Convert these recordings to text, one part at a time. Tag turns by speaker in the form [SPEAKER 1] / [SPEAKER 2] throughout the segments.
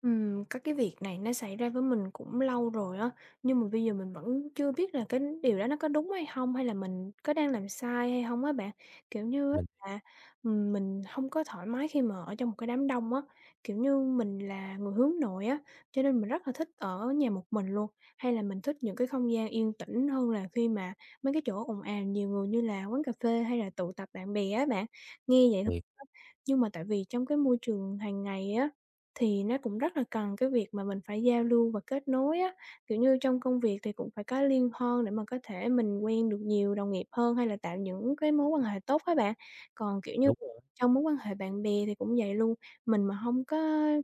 [SPEAKER 1] Cái việc này nó xảy ra với mình cũng lâu rồi á, nhưng mà bây giờ mình vẫn chưa biết là cái điều đó nó có đúng hay không hay là mình có đang làm sai hay không á bạn. Kiểu như á
[SPEAKER 2] Mình
[SPEAKER 1] là, mình không có thoải mái khi mà ở trong một cái đám đông á, kiểu như, mình là người hướng nội á, cho nên mình rất là thích ở nhà một mình luôn, hay là mình thích những cái không gian yên tĩnh hơn là khi mà mấy cái chỗ ồn ào nhiều người như là quán cà phê hay là tụ tập bạn bè á bạn. Nghe vậy,
[SPEAKER 2] thiệt,
[SPEAKER 1] nhưng mà tại vì trong cái môi trường hàng ngày á, thì nó cũng rất là cần cái việc mà mình phải giao lưu và kết nối á, kiểu như, trong công việc thì cũng phải có liên hoan để mà có thể mình quen được nhiều đồng nghiệp hơn hay là tạo những cái mối quan hệ tốt á bạn. Còn, kiểu như,
[SPEAKER 2] đúng rồi,
[SPEAKER 1] trong mối quan hệ bạn bè thì cũng vậy luôn, mình mà không có,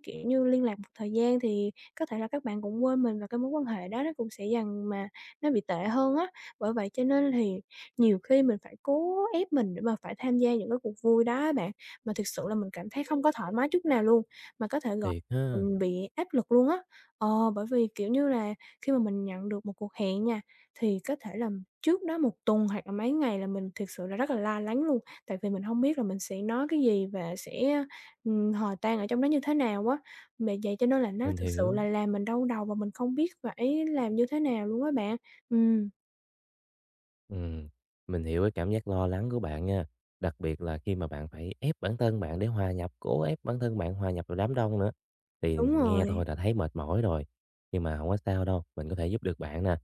[SPEAKER 1] kiểu như, liên lạc một thời gian thì có thể là các bạn cũng quên mình và cái mối quan hệ đó nó cũng sẽ dần mà nó bị tệ hơn á. Bởi vậy cho nên thì nhiều khi mình phải cố ép mình để mà phải tham gia những cái cuộc vui đó á bạn mà thực sự là mình cảm thấy không có thoải mái chút nào luôn, mà có thể gọi
[SPEAKER 2] thiệt ha,
[SPEAKER 1] mình bị áp lực luôn á. Ờ, bởi vì, kiểu như là, khi mà mình nhận được một cuộc hẹn nha, thì có thể là trước đó một tuần hoặc là mấy ngày là mình thực sự là rất là lo lắng luôn, tại vì mình không biết là mình sẽ nói cái gì và sẽ, hòa tan ở trong đó như thế nào á. Bởi vậy cho nên là nó
[SPEAKER 2] mình
[SPEAKER 1] thực sự là
[SPEAKER 2] hiểu.
[SPEAKER 1] làm mình đau đầu và mình không biết phải làm như thế nào luôn á bạn. Ừm,
[SPEAKER 2] Ừm, mình hiểu cái cảm giác lo lắng của bạn nha, đặc biệt là khi mà bạn phải ép bản thân bạn để hòa nhập, cố ép bản thân bạn hòa nhập vào đám đông nữa, thì
[SPEAKER 1] đúng
[SPEAKER 2] nghe thôi
[SPEAKER 1] rồi.
[SPEAKER 2] đã thấy mệt mỏi rồi. Nhưng mà không có sao đâu, mình có thể giúp được bạn nè.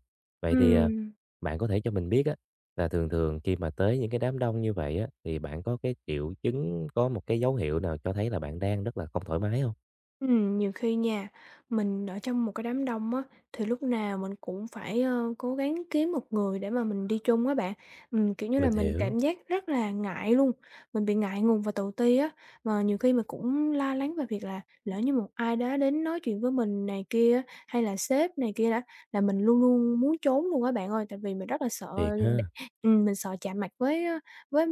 [SPEAKER 2] Vậy thì,
[SPEAKER 1] Ừm.
[SPEAKER 2] bạn có thể cho mình biết á, là thường thường khi mà tới những cái đám đông như vậy á, thì bạn có cái triệu chứng, có một cái dấu hiệu nào cho thấy là bạn đang rất là không thoải mái không?
[SPEAKER 1] Nhiều khi nha, mình ở trong một cái đám đông á, thì lúc nào mình cũng phải, cố gắng kiếm một người để mà mình đi chung á bạn. Kiểu như là,
[SPEAKER 2] Mình
[SPEAKER 1] mình
[SPEAKER 2] hiểu,
[SPEAKER 1] cảm giác rất là ngại luôn, mình bị ngại ngùng và tự ti á, mà nhiều khi mình cũng la lắng về việc là lỡ như một ai đó đến nói chuyện với mình này kia á, hay là sếp này kia đó là mình luôn luôn muốn trốn luôn á bạn ơi, tại vì mình rất là sợ
[SPEAKER 2] thiệt
[SPEAKER 1] đ
[SPEAKER 2] ha,
[SPEAKER 1] mình sợ chạm mặt với,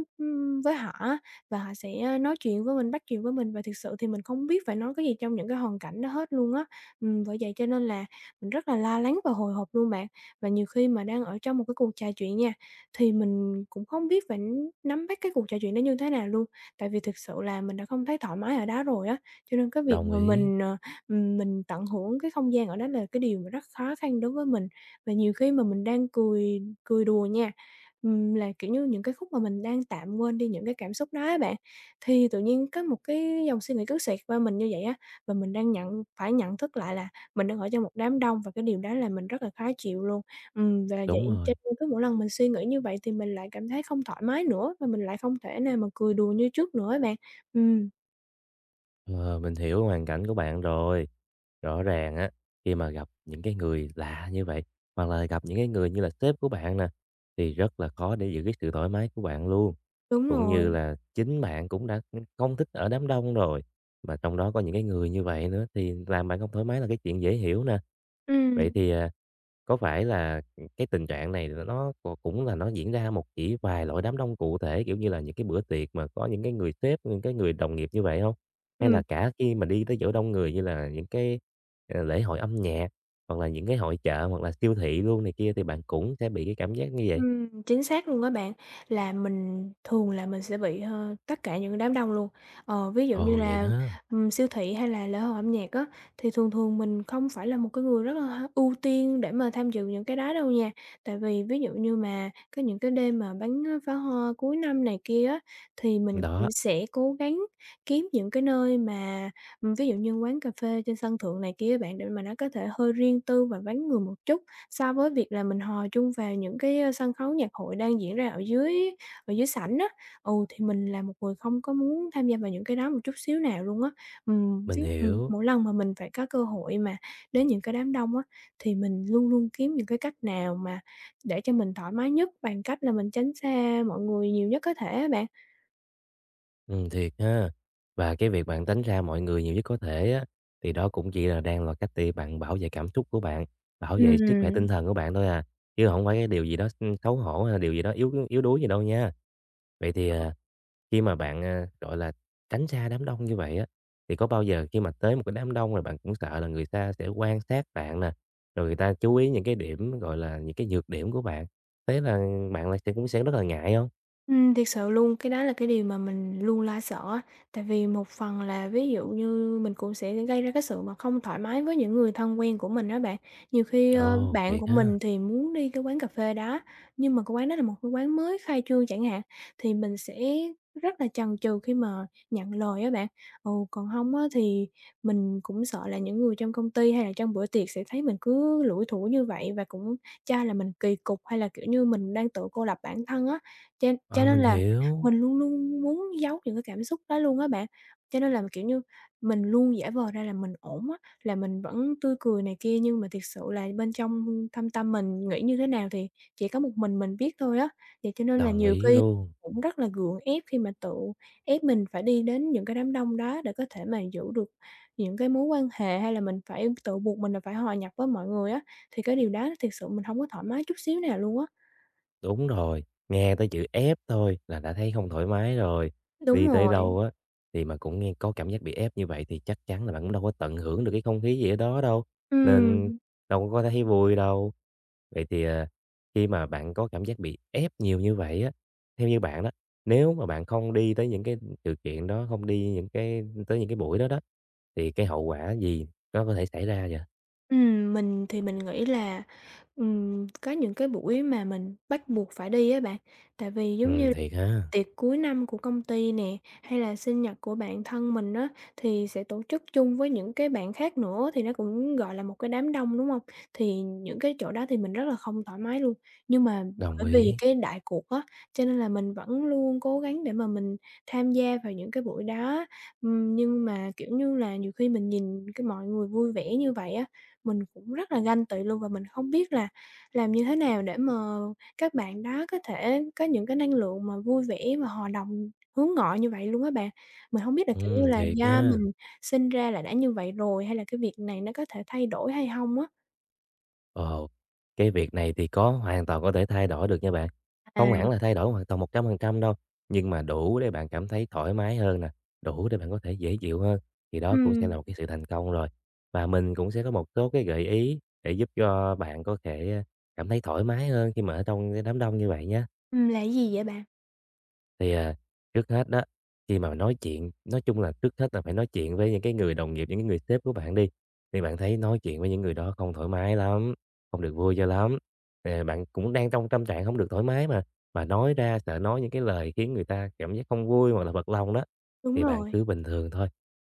[SPEAKER 1] với họ á và họ sẽ, nói chuyện với mình, bắt chuyện với mình và thực sự thì mình không biết phải nói cái gì trong những cái hoàn cảnh đó hết luôn á. Bởi vậy cho nên là mình rất là la lắng và hồi hộp luôn bạn. Và nhiều khi mà đang ở trong một cái cuộc trò chuyện nha, thì mình cũng không biết phải nắm bắt cái cuộc trò chuyện đó như thế nào luôn, tại vì thực sự là mình đã không thấy thoải mái ở đó rồi á, cho nên cái việc
[SPEAKER 2] đồng
[SPEAKER 1] mà
[SPEAKER 2] ý,
[SPEAKER 1] mình tận hưởng cái không gian ở đó là cái điều mà rất khó khăn đối với mình. Và nhiều khi mà mình đang cười cười đùa nha, là, kiểu như, những cái khúc mà mình đang tạm quên đi những cái cảm xúc đó á bạn, thì tự nhiên có một cái dòng suy nghĩ cứ xẹt qua mình như vậy á, và mình đang phải nhận thức lại là mình đang ở trong một đám đông và cái điều đó làm mình rất là khó chịu luôn. Và vậy
[SPEAKER 2] đúng rồi.
[SPEAKER 1] cho nên cứ mỗi lần mình suy nghĩ như vậy thì mình lại cảm thấy không thoải mái nữa và mình lại không thể nào mà cười đùa như trước nữa á bạn. Ừm,
[SPEAKER 2] Ờ, mình hiểu hoàn cảnh của bạn rồi. Rõ ràng á, khi mà gặp những cái người lạ như vậy, hoặc là gặp những cái người như là sếp của bạn nè, thì rất là khó để giữ cái sự thoải mái của bạn luôn.
[SPEAKER 1] đúng
[SPEAKER 2] Cũng như
[SPEAKER 1] rồi.
[SPEAKER 2] là chính bạn cũng đã không thích ở đám đông rồi, mà trong đó có những cái người như vậy nữa thì làm bạn không thoải mái là cái chuyện dễ hiểu nè. Vậy
[SPEAKER 1] Ừm,
[SPEAKER 2] thì, có phải là, cái tình trạng này là nó c cũng là nó diễn ra một chỉ vài loại đám đông cụ thể, kiểu như là, những cái bữa tiệc mà có những cái người sếp, những cái người đồng nghiệp như vậy không? Hay
[SPEAKER 1] ừm.
[SPEAKER 2] là cả khi mà đi tới chỗ đông người như là những cái, lễ hội âm nhạc, hoặc là những cái hội chợ, hoặc là siêu thị luôn này kia thì bạn cũng sẽ bị cái cảm giác như vậy?
[SPEAKER 1] Chính xác luôn á bạn, là mình thường là mình sẽ bị, tất cả những đám đông luôn. Ờ, ví dụ như
[SPEAKER 2] Ồ, vậy
[SPEAKER 1] là,
[SPEAKER 2] hả?
[SPEAKER 1] siêu thị hay là lễ hội âm nhạc á, thì thường thường mình không phải là một cái người rất là ưu tiên để mà tham dự những cái đó đâu nha. Tại vì ví dụ như mà có những cái đêm mà bắn pháo hoa cuối năm này kia á, thì mình cũng
[SPEAKER 2] Đó,
[SPEAKER 1] sẽ cố gắng kiếm những cái nơi mà, ví dụ như quán cà phê trên sân thượng này kia á bạn, để mà nó có thể hơi riêng tư và vắng người một chút. So với việc là mình hòa chung vào những cái, sân khấu nhạc hội đang diễn ra ở dưới sảnh á, thì mình là một người không có muốn tham gia vào những cái đó một chút xíu nào luôn á.
[SPEAKER 2] mình
[SPEAKER 1] Tiếc. ừm,
[SPEAKER 2] hiểu.
[SPEAKER 1] mỗi lần mà mình phải có cơ hội mà đến những cái đám đông á, thì mình luôn luôn kiếm những cái cách nào mà để cho mình thoải mái nhất bằng cách là mình tránh xa mọi người nhiều nhất có thể á bạn.
[SPEAKER 2] Thiệt ha. Và cái việc bạn tránh ra mọi người nhiều nhất có thể á, thì đó cũng chỉ là đang là cách để bạn bảo vệ cảm xúc của bạn, bảo vệ sức khỏe
[SPEAKER 1] Ừm.
[SPEAKER 2] tinh thần của bạn thôi à, chứ không phải cái điều gì đó, xấu hổ hay là điều gì đó yếu yếu đuối gì đâu nha. Vậy thì, khi mà bạn, gọi là, tránh xa đám đông như vậy á, thì có bao giờ khi mà tới một cái đám đông rồi bạn cũng sợ là người ta sẽ quan sát bạn nè, rồi người ta chú ý những cái điểm, gọi là, những cái nhược điểm của bạn, thế là bạn là sẽ cũng sẽ rất là ngại không?
[SPEAKER 1] Thiệt sự luôn, cái đó là cái điều mà mình luôn lo sợ á. Tại vì một phần là ví dụ như mình cũng sẽ gây ra cái sự mà không thoải mái với những người thân quen của mình đó bạn. Nhiều khi,
[SPEAKER 2] Ồ,
[SPEAKER 1] bạn của
[SPEAKER 2] thiệt ha.
[SPEAKER 1] mình thì muốn đi cái quán cà phê đó, nhưng mà cái quán đó là một cái quán mới khai trương chẳng hạn, thì mình sẽ rất là chần chừ khi mà nhận lời á bạn. Ồ, còn không á thì mình cũng sợ là những người trong công ty hay là trong bữa tiệc sẽ thấy mình cứ lủi thủi như vậy và cũng cho là mình kỳ cục hay là, kiểu như, mình đang tự cô lập bản thân á. Cho
[SPEAKER 2] Ờ,
[SPEAKER 1] nên
[SPEAKER 2] mình
[SPEAKER 1] là
[SPEAKER 2] hiểu.
[SPEAKER 1] mình luôn luôn muốn giấu những cái cảm xúc đó luôn á bạn. Cho nên là, kiểu như, mình luôn giả vờ ra là mình ổn á, là mình vẫn tươi cười này kia, nhưng mà thiệt sự là bên trong thâm tâm mình nghĩ như thế nào thì chỉ có một mình biết thôi á. Vậy cho nên là
[SPEAKER 2] Đồng
[SPEAKER 1] nhiều
[SPEAKER 2] ý
[SPEAKER 1] khi
[SPEAKER 2] luôn.
[SPEAKER 1] cũng rất là gượng ép khi mà tự ép mình phải đi đến những cái đám đông đó để có thể mà giữ được những cái mối quan hệ, hay là mình phải tự buộc mình là phải hòa nhập với mọi người á, thì cái điều đó thiệt sự mình hông có thoải mái chút xíu nào luôn á.
[SPEAKER 2] Đúng rồi, nghe tới chữ ép thôi là đã thấy không thoải mái rồi.
[SPEAKER 1] Đúng
[SPEAKER 2] Đi tới
[SPEAKER 1] rồi,
[SPEAKER 2] đâu á thì mà cũng nghe có cảm giác bị ép như vậy thì chắc chắn là bạn cũng đâu có tận hưởng được cái không khí gì ở đó đâu, nên
[SPEAKER 1] ừm.
[SPEAKER 2] đâu có thấy vui đâu. Vậy thì, khi mà bạn có cảm giác bị ép nhiều như vậy á, theo như bạn đó, nếu mà bạn không đi tới những cái sự kiện đó, không đi những cái buổi đó đó, thì cái hậu quả gì nó có thể xảy ra vậy?
[SPEAKER 1] Mình thì mình nghĩ là, có những cái buổi mà mình bắt buộc phải đi á bạn, tại vì giống như
[SPEAKER 2] Thiệt ha,
[SPEAKER 1] tiệc cuối năm của công ty nè, hay là sinh nhật của bạn thân mình á, thì sẽ tổ chức chung với những cái bạn khác nữa thì nó cũng, gọi là, một cái đám đông, đúng hông? Thì những cái chỗ đó thì mình rất là không thoải mái luôn. Nhưng mà
[SPEAKER 2] đồng
[SPEAKER 1] bởi vì
[SPEAKER 2] ý,
[SPEAKER 1] cái đại cuộc á, cho nên là mình vẫn luôn cố gắng để mà mình tham gia vào những cái buổi đó. Nhưng mà, kiểu như là, nhiều khi mình nhìn cái mọi người vui vẻ như vậy á, mình cũng rất là ganh tị luôn và mình không biết là làm như thế nào để mà các bạn đó có thể có những cái năng lượng mà vui vẻ và hòa đồng, hướng ngoại như vậy luôn á bạn. Mình hông biết là, kiểu như là,
[SPEAKER 2] thiệt
[SPEAKER 1] do
[SPEAKER 2] nha.
[SPEAKER 1] mình sinh ra là đã như vậy rồi hay là cái việc này nó có thể thay đổi hay hông á?
[SPEAKER 2] Ồ, cái việc này thì có hoàn toàn có thể thay đổi được nha bạn.
[SPEAKER 1] À,
[SPEAKER 2] Không hẳn là thay đổi hoàn toàn 100% đâu, nhưng mà đủ để bạn cảm thấy thoải mái hơn nè, đủ để bạn có thể dễ chịu hơn, thì đó cũng sẽ
[SPEAKER 1] ừm,
[SPEAKER 2] là một cái sự thành công rồi. Và mình cũng sẽ có một số cái gợi ý để giúp cho bạn có thể cảm thấy thoải mái hơn khi mà ở trong cái đám đông như vậy nhé.
[SPEAKER 1] là cái gì vậy bạn?
[SPEAKER 2] Thì, trước hết đó, khi mà nói chung là trước hết là phải nói chuyện với những cái người đồng nghiệp, những cái người sếp của bạn đi, thì bạn thấy nói chuyện với những người đó không thoải mái lắm, không được vui cho lắm. Ờ, bạn cũng đang trong tâm trạng không được thoải mái mà nói ra sợ nói những cái lời khiến người ta cảm giác không vui hoặc là bật lòng đó,
[SPEAKER 1] Đúng
[SPEAKER 2] thì bạn
[SPEAKER 1] rồi.
[SPEAKER 2] cứ bình thường thôi.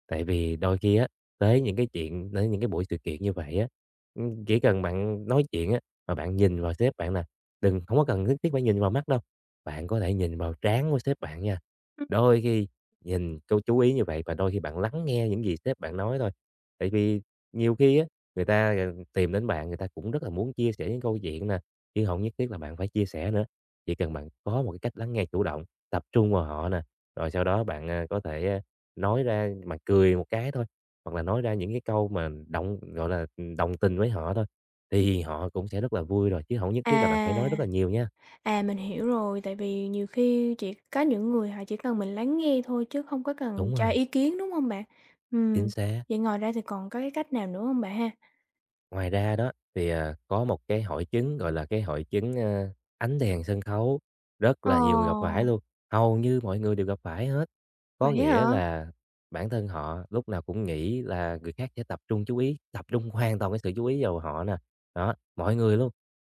[SPEAKER 2] Tại vì đôi khi á, tới những cái buổi sự kiện như vậy á, chỉ cần bạn nói chuyện á, mà bạn nhìn vào sếp bạn nè, đừng không có cần nhất thiết phải nhìn vào mắt đâu, bạn có thể nhìn vào trán của sếp bạn nha.
[SPEAKER 1] Ừm.
[SPEAKER 2] Đôi khi nhìn câu chú ý như vậy và đôi khi bạn lắng nghe những gì sếp bạn nói thôi. Tại vì nhiều khi á, người ta, tìm đến bạn, người ta cũng rất là muốn chia sẻ những câu chuyện nè, chứ không nhất thiết là bạn phải chia sẻ nữa. Chỉ cần bạn có một cái cách lắng nghe chủ động, tập trung vào họ nè, rồi sau đó bạn, có thể, nói ra bạn cười một cái thôi, hoặc là nói ra những cái câu mà động gọi là, ừ, đồng tình với họ thôi, thì họ cũng sẽ rất là vui rồi, chứ không nhất thiết là bạn phải nói rất
[SPEAKER 1] À,
[SPEAKER 2] là nhiều nha.
[SPEAKER 1] à, mình hiểu rồi, tại vì nhiều khi chỉ có những người họ chỉ cần mình lắng nghe thôi chứ không có cần
[SPEAKER 2] Đúng
[SPEAKER 1] cho
[SPEAKER 2] rồi,
[SPEAKER 1] ý kiến, đúng hông bạn?
[SPEAKER 2] chính
[SPEAKER 1] Ừm,
[SPEAKER 2] xác.
[SPEAKER 1] vậy ngoài ra thì còn có cái cách nào nữa hông bạn ha?
[SPEAKER 2] Ngoài ra đó thì, có một cái hội chứng, gọi là, cái hội chứng, ánh đèn sân khấu, rất
[SPEAKER 1] Ờ,
[SPEAKER 2] là nhiều người gặp phải luôn, hầu như mọi người đều gặp phải hết. Có
[SPEAKER 1] vậy á
[SPEAKER 2] nghĩa
[SPEAKER 1] hả?
[SPEAKER 2] là bản thân họ lúc nào cũng nghĩ là người khác sẽ tập trung chú ý, tập trung hoàn toàn cái sự chú ý vào họ nè. Đó, mọi người luôn.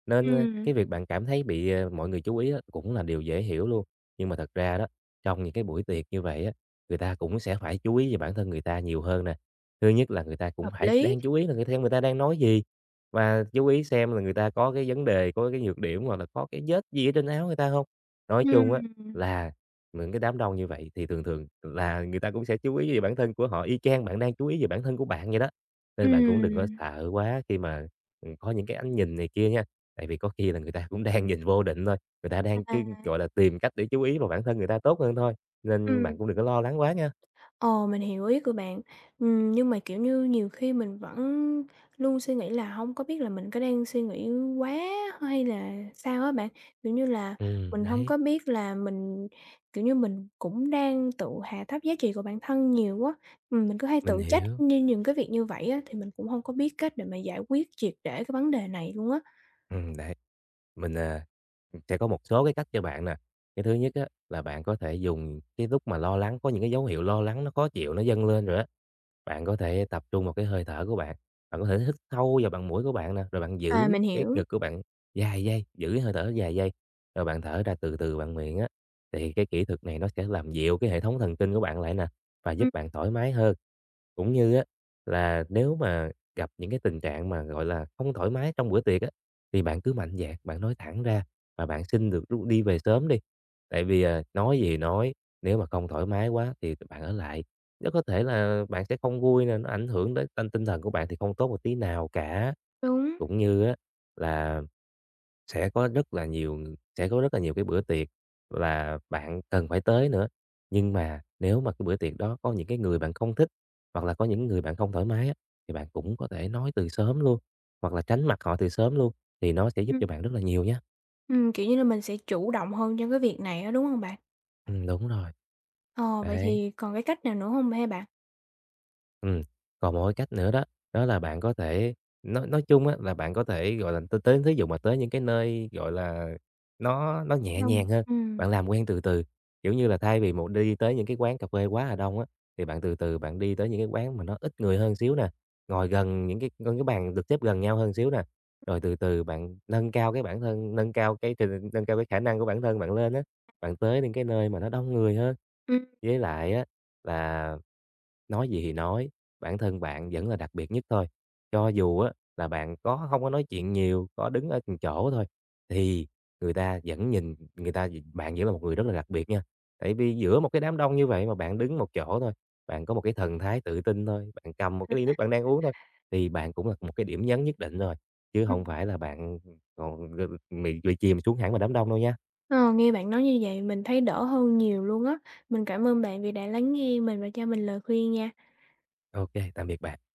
[SPEAKER 2] Nên,
[SPEAKER 1] Ừm,
[SPEAKER 2] cái việc bạn cảm thấy bị, mọi người chú ý á cũng là điều dễ hiểu luôn. Nhưng mà thật ra đó, trong những cái buổi tiệc như vậy á, người ta cũng sẽ phải chú ý về bản thân người ta nhiều hơn nè. Thứ nhất là người ta cũng
[SPEAKER 1] hợp
[SPEAKER 2] phải
[SPEAKER 1] lý.
[SPEAKER 2] đang chú ý là người ta đang nói gì, và chú ý xem là người ta có cái vấn đề, có cái nhược điểm hoặc là có cái vết gì ở trên áo người ta không. Nói chung á
[SPEAKER 1] Ừm,
[SPEAKER 2] là những cái đám đông như vậy thì thường thường là người ta cũng sẽ chú ý về bản thân của họ, y chang bạn đang chú ý về bản thân của bạn vậy đó. Nên bạn cũng đừng có
[SPEAKER 1] ừm,
[SPEAKER 2] sợ quá khi mà, có những cái ánh nhìn này kia nha, tại vì có khi là người ta cũng đang nhìn vô định thôi, người ta đang
[SPEAKER 1] à,
[SPEAKER 2] cứ, gọi là, tìm cách để chú ý vào bản thân người ta tốt hơn thôi, nên bạn
[SPEAKER 1] ừm,
[SPEAKER 2] cũng đừng có lo lắng quá nha.
[SPEAKER 1] ờ, mình hiểu ý của bạn. Nhưng mà, kiểu như, nhiều khi mình vẫn luôn suy nghĩ là hông có biết là mình có đang suy nghĩ quá hay là sao á bạn. Kiểu như là, mình hông
[SPEAKER 2] Đấy,
[SPEAKER 1] có biết là mình kiểu như, mình cũng đang tự hạ thấp giá trị của bản thân nhiều quá. Mình cứ hay
[SPEAKER 2] mình
[SPEAKER 1] tự trách
[SPEAKER 2] hiểu.
[SPEAKER 1] như những cái việc như vậy á, thì mình cũng hông có biết cách để mà giải quyết triệt để cái vấn đề này luôn á.
[SPEAKER 2] Đấy. Mình, sẽ có một số cái cách cho bạn nè. Cái thứ nhất á, là bạn có thể dùng cái lúc mà lo lắng, có những cái dấu hiệu lo lắng nó khó chịu, nó dâng lên rồi á, bạn có thể tập trung vào cái hơi thở của bạn. Bạn có thể hít sâu vào bằng mũi của bạn nè, rồi bạn
[SPEAKER 1] À,
[SPEAKER 2] giữ
[SPEAKER 1] mình
[SPEAKER 2] cái
[SPEAKER 1] hiểu.
[SPEAKER 2] ngực của bạn vài giây, giữ cái hơi thở vài giây, rồi bạn thở ra từ từ bằng miệng á. Thì cái kỹ thuật này nó sẽ làm dịu cái hệ thống thần kinh của bạn lại nè, và
[SPEAKER 1] Ừm,
[SPEAKER 2] giúp bạn thoải mái hơn. Cũng như á, là nếu mà gặp những cái tình trạng mà, gọi là, không thoải mái trong bữa tiệc á thì bạn cứ mạnh dạn, bạn nói thẳng ra và bạn xin được rút đi về sớm đi. Tại vì, nói gì nói, nếu mà không thoải mái quá thì bạn ở lại, rất có thể là bạn sẽ không vui nè, nó ảnh hưởng đến tinh tinh thần của bạn thì không tốt một tí nào cả.
[SPEAKER 1] đúng.
[SPEAKER 2] Cũng như á là sẽ có rất là nhiều sẽ có rất là nhiều cái bữa tiệc là bạn cần phải tới nữa. Nhưng mà nếu mà cái bữa tiệc đó có những cái người bạn không thích, hoặc là có những người bạn không thoải mái á, thì bạn cũng có thể nói từ sớm luôn, hoặc là tránh mặt họ từ sớm luôn, thì nó sẽ giúp
[SPEAKER 1] Ừm.
[SPEAKER 2] cho bạn rất là nhiều nhá.
[SPEAKER 1] Kiểu như là, mình sẽ chủ động hơn trong cái việc này á, đúng hông bạn?
[SPEAKER 2] Đúng rồi,
[SPEAKER 1] Ờ, vậy
[SPEAKER 2] đấy.
[SPEAKER 1] thì còn cái cách nào nữa hông ha bạn?
[SPEAKER 2] Ừm, còn một cái cách nữa đó, đó là bạn có thể nói chung á là bạn có thể, gọi là, tới tới thí dụ mà tới những cái nơi, gọi là, nó nhẹ
[SPEAKER 1] Hông.
[SPEAKER 2] nhàng hơn, bạn làm quen từ từ. Kiểu như là, thay vì một đi tới những cái quán cà phê quá là đông á, thì bạn từ từ bạn đi tới những cái quán mà nó ít người hơn xíu nè, ngồi gần những cái bàn được xếp gần nhau hơn xíu nè, rồi từ từ bạn nâng cao cái bản thân, nâng cao cái khả năng của bản thân bạn lên á, bạn tới những cái nơi mà nó đông người hơn.
[SPEAKER 1] Ừm,
[SPEAKER 2] Với lại á là nói gì thì nói, bản thân bạn vẫn là đặc biệt nhất thôi. Cho dù á là bạn có không có nói chuyện nhiều, có đứng ở từng chỗ thôi, thì người ta vẫn nhìn người ta bạn vẫn là một người rất là đặc biệt nha. Tại vì giữa một cái đám đông như vậy mà bạn đứng một chỗ thôi, bạn có một cái thần thái tự tin thôi, bạn cầm một cái ly nước bạn đang uống thôi, thì bạn cũng là một cái điểm nhấn nhất định rồi, chứ
[SPEAKER 1] ừm.
[SPEAKER 2] không phải là bạn còn bị chìm xuống hẳn vào đám đông đâu nha.
[SPEAKER 1] Ờ, nghe bạn nói như vậy mình thấy đỡ hơn nhiều luôn á. Mình cảm ơn bạn vì đã lắng nghe mình và cho mình lời khuyên nha.
[SPEAKER 2] OK, tạm biệt bạn.